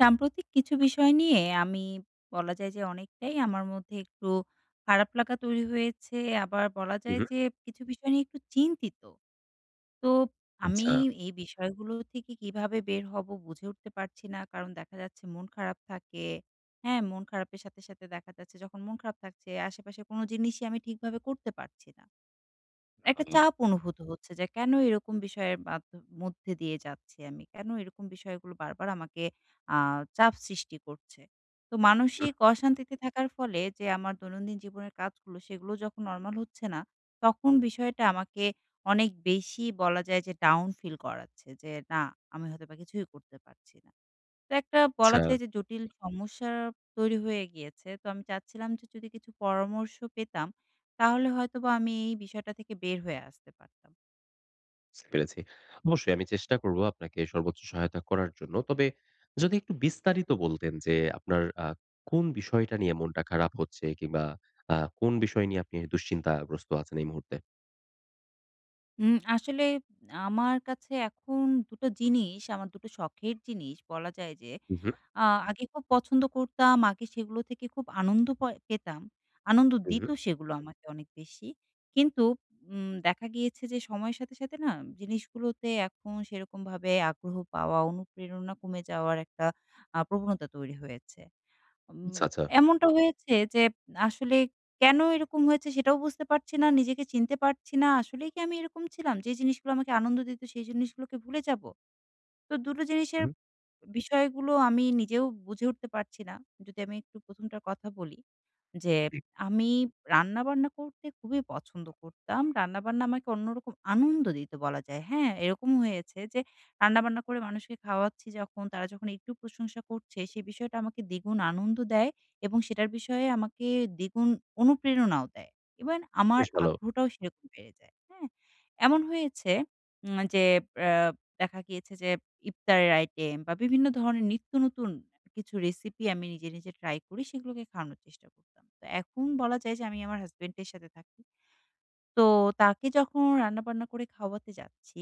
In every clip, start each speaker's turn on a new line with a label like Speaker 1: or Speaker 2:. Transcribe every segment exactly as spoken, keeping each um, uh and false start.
Speaker 1: সাম্প্রতিক কিছু বিষয় নিয়ে আমি বলা যায় যে অনেকটাই আমার মধ্যে একটু খারাপ লাগা তৈরি হয়েছে। আবার বলা যায়
Speaker 2: হুম,
Speaker 1: যে কিছু বিষয় নিয়ে একটু চিন্তিত। তো আমি
Speaker 2: আচ্ছা।
Speaker 1: এই বিষয়গুলো থেকে কিভাবে বের হব বুঝে উঠতে পারছি না। কারণ দেখা যাচ্ছে মন খারাপ থাকে, হ্যাঁ? মন খারাপের সাথে, সাথে দেখা যাচ্ছে যখন মন খারাপ থাকছে আশেপাশে কোনো জিনিসই আমি ঠিকভাবে করতে পারছি না।
Speaker 2: আ
Speaker 1: একটা চাপ অনুভূত হচ্ছে যে কেন এরকম বিষয়ের মাধ্য মধ্যে দিয়ে যাচ্ছি আমি? কেন এরকম বিষয়গুলো বারবার আমাকে আ চাপ সৃষ্টি করছে? তো মানসিক অশান্তিতে থাকার ফলে যে আমার দৈনন্দিন জীবনের কাজগুলো সেগুলো যখন নরমাল হচ্ছে না, তখন বিষয়টা আমাকে অনেক বেশি বলা যায় যে ডাউন ফিল করাচ্ছে যে, "না, আমি হয়তোবা কিছুই করতে পারছি না।" তো একটা বলা
Speaker 2: আচ্ছা,
Speaker 1: যায় যে জটিল সমস্যা তৈরি হয়ে গিয়েছে। তো আমি চাচ্ছিলাম যে যদি কিছু পরামর্শ পেতাম, তাহলে হয়তোবা আমি এই বিষয়টা থেকে বের হয়ে আসতে পারতাম।
Speaker 2: বুঝতে পেরেছি। অবশ্যই আমি চেষ্টা করব আপনাকে সর্বোচ্চ সহায়তা করার জন্য। তবে যদি একটু বিস্তারিত বলতেন যে আপনার আ কোন বিষয়টা নিয়ে মনটা খারাপ হচ্ছে কিংবা আ কোন বিষয় নিয়ে আপনি দুশ্চিন্তাগ্রস্ত আছেন এই মুহূর্তে?
Speaker 1: উম আসলে আমার কাছে এখন দুই টো জিনিস, আমার দুই টো শখের জিনিস বলা যায় যে
Speaker 2: হু, হু,
Speaker 1: আ আগে খুব পছন্দ করতাম। আগে সেগুলো থেকে খুব আনন্দ পয় পেতাম। আনন্দ
Speaker 2: হু,
Speaker 1: দিত
Speaker 2: হু।
Speaker 1: সেগুলো হুম। আমাকে অনেক বেশি। কিন্তু উম দেখা গিয়েছে যে সময়ের সাথে, সাথে না জিনিসগুলোতে এখন সেরকমভাবে আগ্রহ পাওয়া, অনুপ্রেরণা কমে যাওয়ার একটা আ প্রবণতা তৈরি হয়েছে। উম
Speaker 2: আচ্ছা, আচ্ছা।
Speaker 1: এমনটা হয়েছে যে আসলে কেন এরকম হয়েছে সেটাও বুঝতে পারছি না, নিজেকে চিনতে পারছি না। আসলেই কি আমি এরকম ছিলাম? যে জিনিসগুলো আমাকে আনন্দ দিত সেই জিনিসগুলোকে ভুলে যাবো? তো দুটো জিনিসের
Speaker 2: হুম,
Speaker 1: বিষয়গুলো আমি নিজেও বুঝে উঠতে পারছি না। যদি আমি একটু ১ম টার কথা বলি যে, আমি রান্নাবান্না করতে খুবই পছন্দ করতাম। রান্নাবান্না আমাকে অন্যরকম আনন্দ দিত বলা যায়। হ্যাঁ, এরকম হয়েছে যে রান্নাবান্না করে মানুষকে খাওয়াচ্ছি যখন, তারা যখন একটু প্রশংসা করছে, সেই বিষয়টা আমাকে দ্বিগুণ আনন্দ দেয় এবং সেটার বিষয়ে আমাকে দ্বিগুণ অনুপ্রেরণাও দেয়। ইভেন আমার
Speaker 2: বেশ ভালো।
Speaker 1: আগ্রহটাও সেরকম বেড়ে যায়। হ্যাঁ? এমন হয়েছে উম যে আ দেখা গিয়েছে যে ইফতারের আইটেম বা বিভিন্ন ধরনের নিত্য নতুন কিছু রেসিপি আমি নিজে, নিজে ট্রাই করি সেগুলোকে খাওয়ানোর চেষ্টা করতাম। তো এখন বলা যায় যে আমি আমার হাসব্যান্ডের সাথে থাকি। তো তাকে যখন রান্নাবান্না করে খাওয়াতে যাচ্ছি,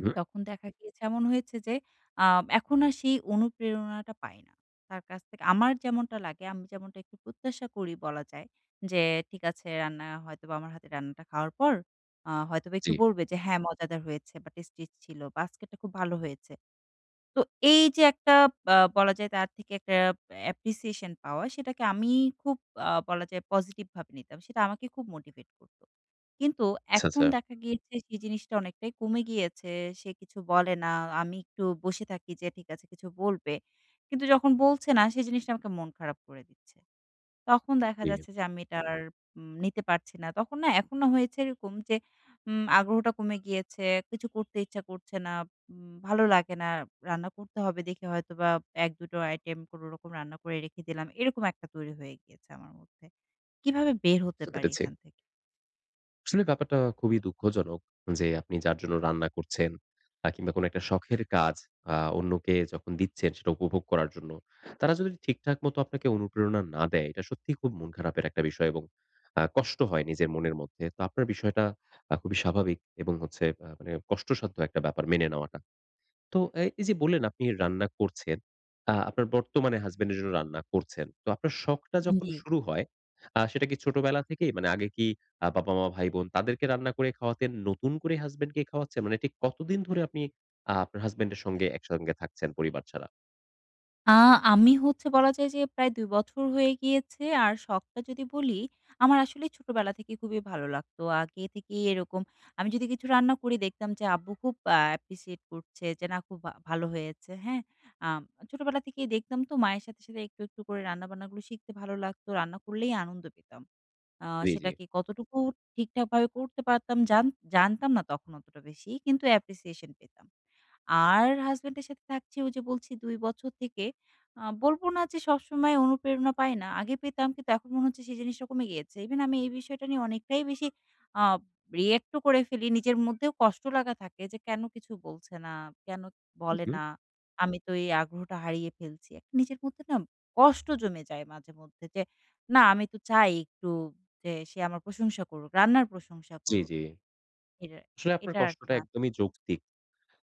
Speaker 2: হুম,
Speaker 1: তখন দেখা গিয়েছে এমন হয়েছে যে আ এখন আর সেই অনুপ্রেরণাটা পাই না। তার কাছ থেকে আমার যেমনটা লাগে আমি যেমনটা একটু প্রত্যাশা করি বলা যায় যে, ঠিক আছে রান্না হয়তোবা আমার হাতে রান্নাটা খাওয়ার পর আ হয়তোবা একটু
Speaker 2: জি।
Speaker 1: বলবে যে, "হ্যাঁ মজাদার হয়েছে বা টেস্টি ছিল বা আজকেরটা খুব ভালো হয়েছে।" তো এই যে একটা আ বলা যায় তার থেকে একটা অ্যাপ্রিসিয়েশন পাওয়া, সেটাকে আমি খুব আ বলা যায় পজিটিভ ভাবে নিতাম। সেটা আমাকে খুব মোটিভেট করত। কিন্তু
Speaker 2: আচ্ছা,
Speaker 1: এখন
Speaker 2: আচ্ছা।
Speaker 1: দেখা গিয়েছে সেই জিনিসটা অনেকটাই কমে গিয়েছে। সে কিছু বলে না। আমি একটু বসে থাকি যে ঠিক আছে কিছু বলবে। কিন্তু যখন বলছে না সেই জিনিসটা আমাকে মন খারাপ করে দিচ্ছে। তখন দেখা
Speaker 2: জি,
Speaker 1: যাচ্ছে যে আমি এটা আর উম নিতে পারছি না। তখন না এখন না হয়েছে এরকম যে উম আগ্রহটা কমে গিয়েছে, কিছু করতে ইচ্ছা করছে না, উম ভালো লাগে না। রান্না করতে হবে দেখে হয়তোবা এক দুই টো আইটেম কোনরকম রান্না করে রেখে দিলাম। এরকম একটা তৈরি হয়ে গিয়েছে আমার মধ্যে। কিভাবে বের হতে
Speaker 2: বুঝতে
Speaker 1: পারি
Speaker 2: পেরেছি।
Speaker 1: এখান থেকে?
Speaker 2: আসলে ব্যাপারটা খুবই দুঃখজনক যে আপনি যার জন্য রান্না করছেন আ কিংবা কোনো একটা শখের কাজ আ অন্যকে যখন দিচ্ছেন সেটা উপভোগ করার জন্য, তারা যদি ঠিকঠাক মতো আপনাকে অনুপ্রেরণা না দেয়, এটা সত্যিই খুব মন খারাপের একটা বিষয় এবং আ কষ্ট হয় নিজের মনের মধ্যে। তো আপনার বিষয়টা আ খুবই স্বাভাবিক এবং হচ্ছে আ মানে কষ্টসাধ্য একটা ব্যাপার মেনে নেওয়াটা। তো এ এই যে বললেন আপনি রান্না করছেন। আ আপনার বর্তমানে হাসব্যান্ড এর জন্য রান্না করছেন। তো আপনার শখটা যখন
Speaker 1: জি।
Speaker 2: শুরু হয়, আ সেটা কি ছোটবেলা থেকেই? মানে আগে কি আ বাবা-মা, ভাই-বোন তাদেরকে রান্না করে খাওয়াতেন, নতুন করে হাসব্যান্ডকে খাওয়াচ্ছেন? মানে ঠিক কতদিন ধরে আপনি আ আপনার হাসব্যান্ডের সঙ্গে একসঙ্গে থাকছেন পরিবার ছাড়া?
Speaker 1: আ আমি হচ্ছে বলা যায় যে প্রায় দুই বছর হয়ে গিয়েছে। আর শখটা যদি বলি, আমার আসলে ছোটবেলা থেকে খুবই ভালো লাগতো। আগে থেকেই এরকম আমি যদি কিছু রান্না করি দেখতাম যে আব্বু খুব আ অ্যাপ্রিশিয়েট করছে যে না খুব ভা ভালো হয়েছে। হ্যাঁ? আম ছোটবেলা থেকেই দেখতাম তো মায়ের সাথে, সাথে একটু, একটু করে রান্নাবান্নাগুলো শিখতে ভালো লাগতো। রান্না করলেই আনন্দ পেতাম। আ
Speaker 2: জি, জি। জি।
Speaker 1: সেটাকে কতটুকু ঠিকঠাকভাবে করতে পারতাম জান জানতাম না তখন অতটা বেশি। কিন্তু অ্যাপ্রিসিয়েশন পেতাম। আর হাসব্যান্ডের সাথে থাকছি ওই যে বলছি দুই বছর থেকে। আ বলব না যে সবসময় অনুপ্রেরণা পাই না। আগে পেতাম কিন্তু এখন মনে হচ্ছে সেই জিনিসটা কমে গিয়েছে। ইভেন আমি এই বিষয়টা নিয়ে অনেকটাই বেশি আ রিঅ্যাক্ট ও করে ফেলি। নিজের মধ্যেও কষ্ট লাগা থাকে যে কেন কিছু বলছে না, কেন বলে
Speaker 2: হুম,
Speaker 1: না। আমি তো এই আগ্রহটা হারিয়ে ফেলছি। একটা নিজের মধ্যে না কষ্ট জমে যায় মাঝেমধ্যে যে না আমি তো চাই একটু যে সে আমার প্রশংসা করুক, রান্নার প্রশংসা
Speaker 2: জি,
Speaker 1: করুক।
Speaker 2: জি।
Speaker 1: এটা
Speaker 2: আসলে আপনার
Speaker 1: এটা আরকি
Speaker 2: কষ্টটা
Speaker 1: মা
Speaker 2: একদমই যৌক্তিক।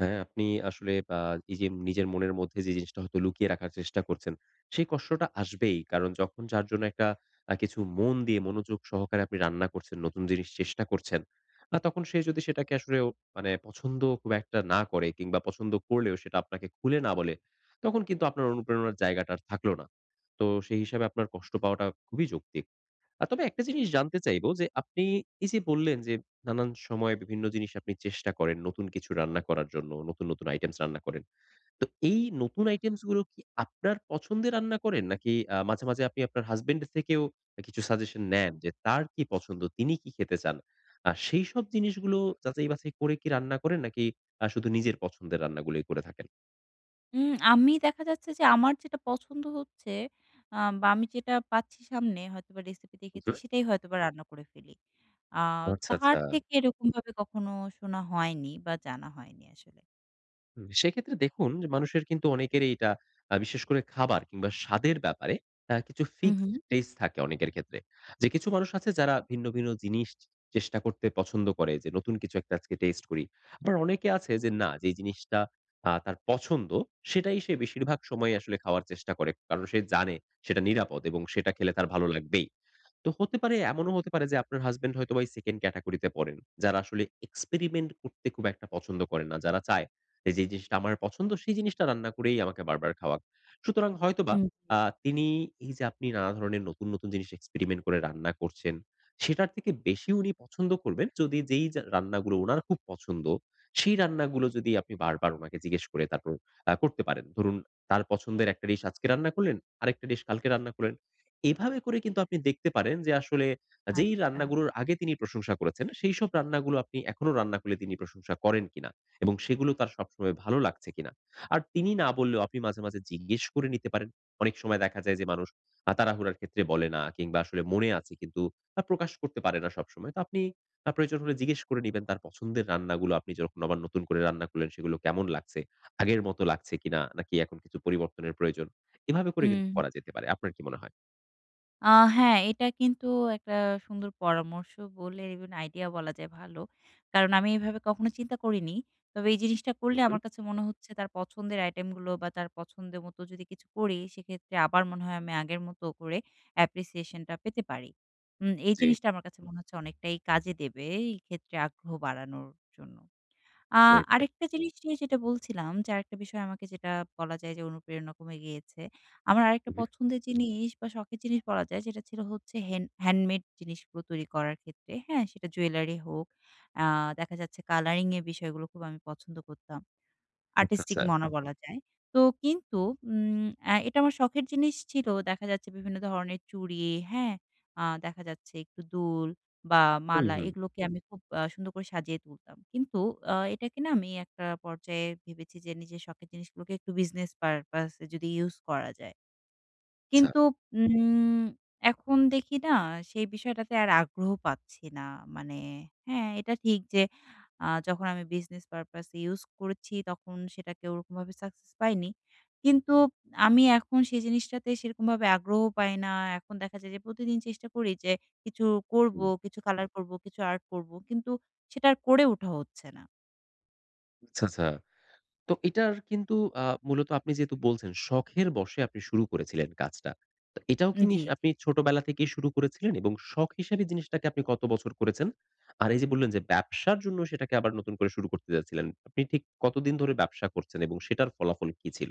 Speaker 2: হ্যাঁ, আপনি আসলে আ এই যে নিজের মনের মধ্যে যে জিনিসটা হয়তো লুকিয়ে রাখার চেষ্টা করছেন, সেই কষ্টটা আসবেই। কারণ যখন যার জন্য একটা আ কিছু মন দিয়ে মনোযোগ সহকারে আপনি রান্না করছেন, নতুন জিনিস চেষ্টা করছেন। আ তখন সে যদি সেটাকে আসলেও মানে পছন্দ খুব একটা না করে কিংবা পছন্দ করলেও সেটা আপনাকে খুলে না বলে, তখন কিন্তু আপনার অনুপ্রেরণার জায়গাটা আর থাকলো না। তো সেই হিসাবে আপনার কষ্ট পাওয়াটা খুবই যৌক্তিক। আ তবে একটা জিনিস জানতে চাইবো যে, আপনি এই যে বললেন যে, নানান সময়ে বিভিন্ন জিনিস আপনি চেষ্টা করেন নতুন কিছু রান্না করার জন্য, নতুন, নতুন আইটেমস রান্না করেন। তো এই নতুন আইটেমস গুলো কি আপনার পছন্দে রান্না করেন? নাকি আ মাঝে, মাঝে আপনি আপনার হাসব্যান্ড থেকেও কিছু সাজেশন নেন যে, তার কি পছন্দ? তিনি কি খেতে চান? আ সেইসব জিনিসগুলো যাচাই বাছাই করে কি রান্না করেন? নাকি আ শুধু নিজের পছন্দের রান্নাগুলোই করে থাকেন?
Speaker 1: উম আমি দেখা যাচ্ছে যে আমার যেটা পছন্দ হচ্ছে আ বা আমি যেটা পাচ্ছি সামনে হয়তোবা রেসিপি দেখেছি
Speaker 2: জি।
Speaker 1: সেটাই হয়তোবা রান্না করে ফেলি। আ
Speaker 2: আচ্ছা,
Speaker 1: তার
Speaker 2: আচ্ছা।
Speaker 1: থেকে এরকমভাবে কখনো শোনা হয়নি বা জানা হয়নি আসলে।
Speaker 2: হুম, সেক্ষেত্রে দেখুন যে মানুষের কিন্তু অনেকেরই এটা আ বিশেষ করে খাবার কিংবা স্বাদের ব্যাপারে আ কিছু
Speaker 1: হুম, হুম।
Speaker 2: ফিক্সড টেস্ট থাকে অনেকের ক্ষেত্রে। যে কিছু মানুষ আছে যারা ভিন্ন, ভিন্ন জিনিস চেষ্টা করতে পছন্দ করে যে নতুন কিছু একটা আজকে টেস্ট করি। আবার অনেকে আছে যে না যে জিনিসটা আ তার পছন্দ সেটাই সে বেশিরভাগ সময় আসলে খাওয়ার চেষ্টা করে। কারণ সে জানে সেটা নিরাপদ এবং সেটা খেলে তার ভালো লাগবেই। তো হতে পারে এমনও হতে পারে যে আপনার হাসব্যান্ড হয়তোবা এই সেকেন্ড ক্যাটেগরি তে পড়েন। যারা আসলে এক্সপেরিমেন্ট করতে খুব একটা পছন্দ করেন না। যারা চায় যে, যে জিনিসটা আমার পছন্দ সেই জিনিসটা রান্না করেই আমাকে বারবার খাওয়াক। সুতরাং হয়তোবা
Speaker 1: হুম, জি।
Speaker 2: আ তিনি এই যে আপনি নানা ধরনের নতুন, নতুন জিনিস এক্সপেরিমেন্ট করে রান্না করছেন, সেটার থেকে বেশি উনি পছন্দ করবেন যদি যেই যা রান্নাগুলো উনার খুব পছন্দ, সেই রান্নাগুলো যদি আপনি বারবার উনাকে জিজ্ঞেস করে তারপর আ করতে পারেন। ধরুন তার পছন্দের একটা ডিশ আজকে রান্না করলেন, আরেকটা ডিশ কালকে রান্না করলেন। এভাবে করে কিন্তু আপনি দেখতে পারেন যে আসলে যেই
Speaker 1: আচ্ছা।
Speaker 2: রান্নাগুলোর আগে তিনি প্রশংসা করেছেন, সেইসব রান্নাগুলো আপনি এখনো রান্না করলে তিনি প্রশংসা করেন কিনা এবং সেগুলো তার সবসময় ভালো লাগছে কিনা। আর তিনি না বললেও আপনি মাঝে, মাঝে জিজ্ঞেস করে নিতে পারেন। অনেক সময় দেখা যায় যে মানুষ আ তাড়াহুড়ার ক্ষেত্রে বলে না কিংবা আসলে মনে আছে কিন্তু আ প্রকাশ করতে পারে না সবসময়। তো আপনি আ প্রয়োজন হলে জিজ্ঞেস করে নিবেন তার পছন্দের রান্নাগুলো আপনি যখন আবার নতুন করে রান্না করলেন সেগুলো কেমন লাগছে? আগের মতো লাগছে কিনা? নাকি এখন কিছু পরিবর্তনের প্রয়োজন? এভাবে করে
Speaker 1: হুম।
Speaker 2: কিন্তু করা যেতে পারে। আপনার কি মনে হয়?
Speaker 1: আ হ্যাঁ, এটা কিন্তু একটা সুন্দর পরামর্শ বললেন এবং আইডিয়া বলা যায় ভালো। কারণ আমি এভাবে কখনো চিন্তা করিনি। তবে এই জিনিসটা
Speaker 2: হু,
Speaker 1: করলে
Speaker 2: হু।
Speaker 1: আমার কাছে মনে হচ্ছে তার পছন্দের আইটেমগুলো বা তার পছন্দের মতো যদি কিছু করি, সেক্ষেত্রে আবার মনে হয় আমি আগের মতো করে অ্যাপ্রিসিয়েশন টা পেতে পারি। উম এই
Speaker 2: জি,
Speaker 1: জিনিসটা আমার কাছে মনে হচ্ছে অনেকটাই কাজে দেবে এই ক্ষেত্রে আগ্রহ বাড়ানোর জন্য। আ
Speaker 2: বেশ, বেশ।
Speaker 1: আরেকটা জিনিস নিয়ে যেটা বলছিলাম যে, আরেকটা বিষয় আমাকে যেটা বলা যায় যে অনুপ্রেরণা কমে গিয়েছে। আমার আরেকটা
Speaker 2: হু, হু।
Speaker 1: পছন্দের জিনিস বা শখের জিনিস বলা যায় যেটা ছিল হচ্ছে হ্যান্ড হ্যান্ডমেড জিনিসগুলো তৈরি করার ক্ষেত্রে, হ্যাঁ? সেটা জুয়েলারি হোক, আ দেখা যাচ্ছে কালারিং এর বিষয়গুলো খুব আমি পছন্দ করতাম।
Speaker 2: আচ্ছা,
Speaker 1: আর্টিস্টিক
Speaker 2: আচ্ছা।
Speaker 1: মনা আচ্ছা। বলা যায়। তো কিন্তু উম আ এটা আমার শখের জিনিস ছিল। দেখা যাচ্ছে বিভিন্ন ধরনের চুড়ি, হ্যাঁ? আ দেখা যাচ্ছে একটু দুল বা
Speaker 2: হুম,
Speaker 1: মালা
Speaker 2: হুম।
Speaker 1: এগুলোকে হুম। আমি খুব আ সুন্দর করে সাজিয়ে তুলতাম। কিন্তু আ এটাকে না আমি একটা পর্যায়ে ভেবেছি যে নিজের শখের জিনিসগুলোকে একটু বিজনেস পারপাস এ যদি ইউজ করা যায়।
Speaker 2: আচ্ছা,
Speaker 1: কিন্তু উম এখন দেখি না সেই বিষয়টাতে আর আগ্রহ পাচ্ছি না। মানে হ্যাঁ, এটা ঠিক যে আ যখন আমি বিজনেস পারপাস এ ইউজ করেছি তখন সেটাকে ওরকমভাবে সাকসেস পাইনি। কিন্তু আমি এখন সেই জিনিসটাতে সেরকমভাবে আগ্রহ পাই না। এখন দেখা যায় যে প্রতিদিন চেষ্টা করি যে কিছু করব,
Speaker 2: হুম।
Speaker 1: কিছু কালার করব, কিছু আর্ট করব। কিন্তু সেটা আর করে ওঠা হচ্ছে না।
Speaker 2: আচ্ছা, আচ্ছা। তো এটার কিন্তু আ মূলত আপনি যেহেতু বলছেন শখের বশে আপনি শুরু করেছিলেন কাজটা। তো এটাও কি
Speaker 1: জি।
Speaker 2: নিস আপনি ছোটবেলা থেকেই শুরু করেছিলেন এবং শখ হিসেবে জিনিসটাকে আপনি কত বছর করেছেন? আর এই যে বললেন যে ব্যবসার জন্য সেটাকে আবার নতুন করে শুরু করতে যাচ্ছিলেন। আপনি ঠিক কতদিন ধরে ব্যবসা করছেন এবং সেটার ফলাফল কি ছিল?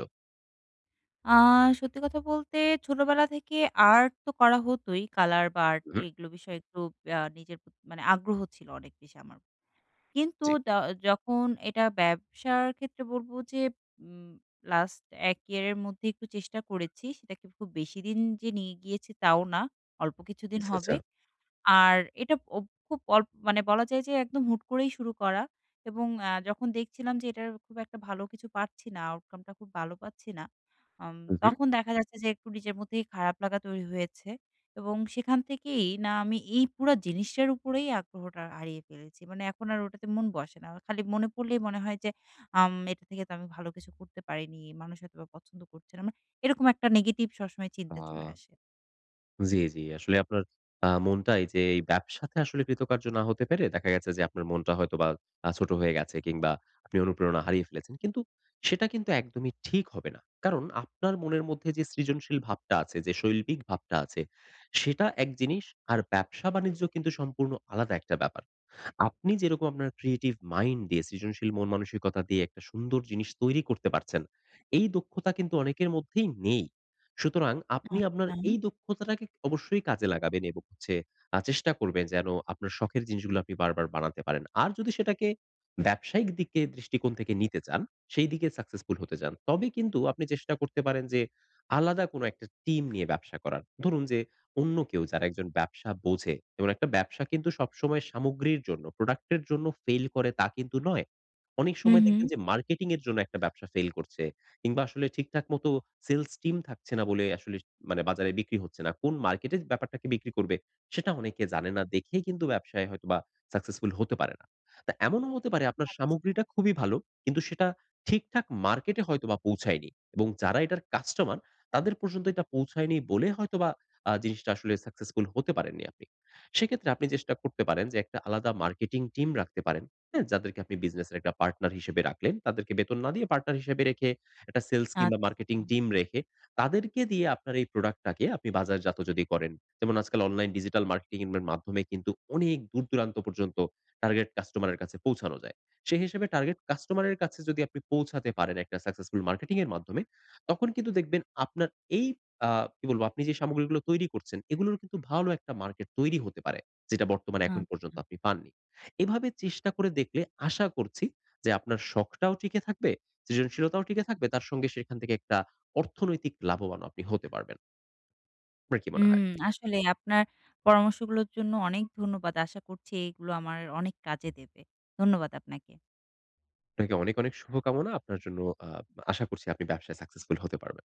Speaker 1: আ সত্যি কথা বলতে ছোটবেলা থেকে আর্ট তো করা হতই। কালার বা আর্ট
Speaker 2: হু, হুম।
Speaker 1: এগুলো বিষয়ে একটু আ নিজের প্রতি মানে আগ্রহ ছিল অনেক বেশি আমার। কিন্তু
Speaker 2: জি।
Speaker 1: দ যখন এটা ব্যবসার ক্ষেত্রে বলব যে উম লাস্ট এক ইয়ার এর মধ্যে একটু চেষ্টা করেছি। সেটাকে খুব বেশি দিন যে নিয়ে গিয়েছি তাও না। অল্প কিছুদিন
Speaker 2: আচ্ছা, আচ্ছা।
Speaker 1: হবে। আর এটা ও খুব অল্প মানে বলা যায় যে একদম হুট করেই শুরু করা এবং আ যখন দেখছিলাম যে এটার খুব একটা ভালো কিছু পাচ্ছি না, আউটকাম টা খুব ভালো পাচ্ছি না। আম
Speaker 2: হু, হু।
Speaker 1: তখন দেখা যাচ্ছে যে একটু নিজের মধ্যেই খারাপ লাগা তৈরি হয়েছে এবং সেখান থেকেই না আমি এই পুরা জিনিসটার উপরেই আগ্রহটা হারিয়ে ফেলেছি। মানে এখন আর ওটাতে মন বসে না। খালি মনে পড়লেই মনে হয় যে আম এটা থেকে তো আমি ভালো কিছু করতে পারিনি। মানুষ হয়তোবা পছন্দ করছে না। মানে এরকম একটা নেগেটিভ সবসময়
Speaker 2: আ
Speaker 1: চিন্তা চলে আসে।
Speaker 2: জি, জি। আসলে আপনার আ মনটা এই যে এই ব্যবসাতে আসলে কৃতকার্য না হতে পেরে দেখা গেছে যে আপনার মনটা হয়তোবা আ ছোট হয়ে গেছে কিংবা আপনি অনুপ্রেরণা হারিয়ে ফেলেছেন। কিন্তু সেটা কিন্তু একদমই ঠিক হবে না। কারণ আপনার মনের মধ্যে যে সৃজনশীল ভাবটা আছে, যে শৈল্পিক ভাবটা আছে, সেটা এক জিনিস। আর ব্যবসা-বাণিজ্য কিন্তু সম্পূর্ণ আলাদা একটা ব্যাপার। আপনি যেরকম আপনার ক্রিয়েটিভ মাইন্ড দিয়ে সৃজনশীল মন মানসিকতা দিয়ে একটা সুন্দর জিনিস তৈরি করতে পারছেন, এই দক্ষতা কিন্তু অনেকের মধ্যেই নেই। সুতরাং আপনি আপনার
Speaker 1: আচ্ছা।
Speaker 2: এই দক্ষতাটাকে অবশ্যই কাজে লাগাবেন এবং হচ্ছে আ চেষ্টা করবেন যেন আপনার শখের জিনিসগুলো আপনি বারবার বানাতে পারেন। আর যদি সেটাকে ব্যবসায়িক দিকে দৃষ্টিকোণ থেকে নিতে চান, সেই দিকে সাকসেসফুল হতে চান, তবে কিন্তু আপনি চেষ্টা করতে পারেন যে আলাদা কোনো একটা টিম নিয়ে ব্যবসা করার। ধরুন যে অন্য কেউ যারা একজন ব্যবসা বোঝে এবং একটা ব্যবসা কিন্তু সবসময় সামগ্রীর জন্য, প্রোডাক্ট এর জন্য ফেইল করে তা কিন্তু নয়। অনেক
Speaker 1: হুম,
Speaker 2: সময়
Speaker 1: হুম।
Speaker 2: দেখবেন যে মার্কেটিং এর জন্য একটা ব্যবসা ফেইল করছে কিংবা আসলে ঠিকঠাক মতো সেলস টিম থাকছে না বলে আসলে মানে বাজারে বিক্রি হচ্ছে না। কোন মার্কেটে ব্যাপারটাকে বিক্রি করবে সেটা অনেকে জানে না দেখেই কিন্তু ব্যবসায় হয়তোবা সাকসেসফুল হতে পারে না। তা এমনও হতে পারে আপনার
Speaker 1: আ
Speaker 2: সামগ্রীটা খুবই ভালো কিন্তু সেটা ঠিকঠাক মার্কেটে হয়তোবা পৌঁছায়নি এবং যারা এটার কাস্টমার তাদের পর্যন্ত এটা পৌঁছায়নি বলে হয়তোবা আ জিনিসটা আসলে সাকসেসফুল হতে পারেননি আপনি। সেক্ষেত্রে আপনি চেষ্টা করতে পারেন যে একটা আলাদা মার্কেটিং টিম রাখতে পারেন। হ্যাঁ? যাদেরকে আপনি বিজনেসের একটা পার্টনার হিসেবে রাখলেন। তাদেরকে বেতন না দিয়ে পার্টনার হিসেবে রেখে একটা সেলস কিংবা মার্কেটিং
Speaker 1: আচ্ছা।
Speaker 2: টিম রেখে তাদেরকে দিয়ে আপনার এই প্রোডাক্টটাকে আপনি বাজারজাত যদি করেন। যেমন আজকাল অনলাইন ডিজিটাল মার্কেটিং এর মাধ্যমে কিন্তু অনেক দূর দূরান্ত পর্যন্ত টার্গেট কাস্টমারের কাছে পৌঁছানো যায়। সেই হিসেবে টার্গেট কাস্টমারের কাছে যদি আপনি পৌঁছাতে পারেন একটা সাকসেসফুল মার্কেটিং এর মাধ্যমে, তখন কিন্তু দেখবেন আপনার এই আ কি বলবো? আপনি যে সামগ্রীগুলো তৈরি করছেন, এগুলোর কিন্তু ভালো একটা মার্কেট তৈরি হতে পারে। যেটা বর্তমানে এখন
Speaker 1: আচ্ছা।
Speaker 2: পর্যন্ত আপনি পাননি। এভাবে চেষ্টা করে দেখলে আশা করছি যে আপনার শখটাও টিকে থাকবে, সৃজনশীলতাও টিকে থাকবে। তার সঙ্গে সেখান থেকে একটা অর্থনৈতিক লাভবানও আপনি হতে পারবেন। আপনার কি মনে
Speaker 1: হুম,
Speaker 2: হয়?
Speaker 1: আসলে আপনার পরামর্শগুলোর জন্য অনেক ধন্যবাদ। আশা করছি এইগুলো আমার অনেক কাজে দেবে। ধন্যবাদ আপনাকে।
Speaker 2: আপনাকে অনেক, অনেক শুভকামনা। আপনার জন্য আ আশা করছি আপনি ব্যবসায় সাকসেসফুল হতে পারবেন।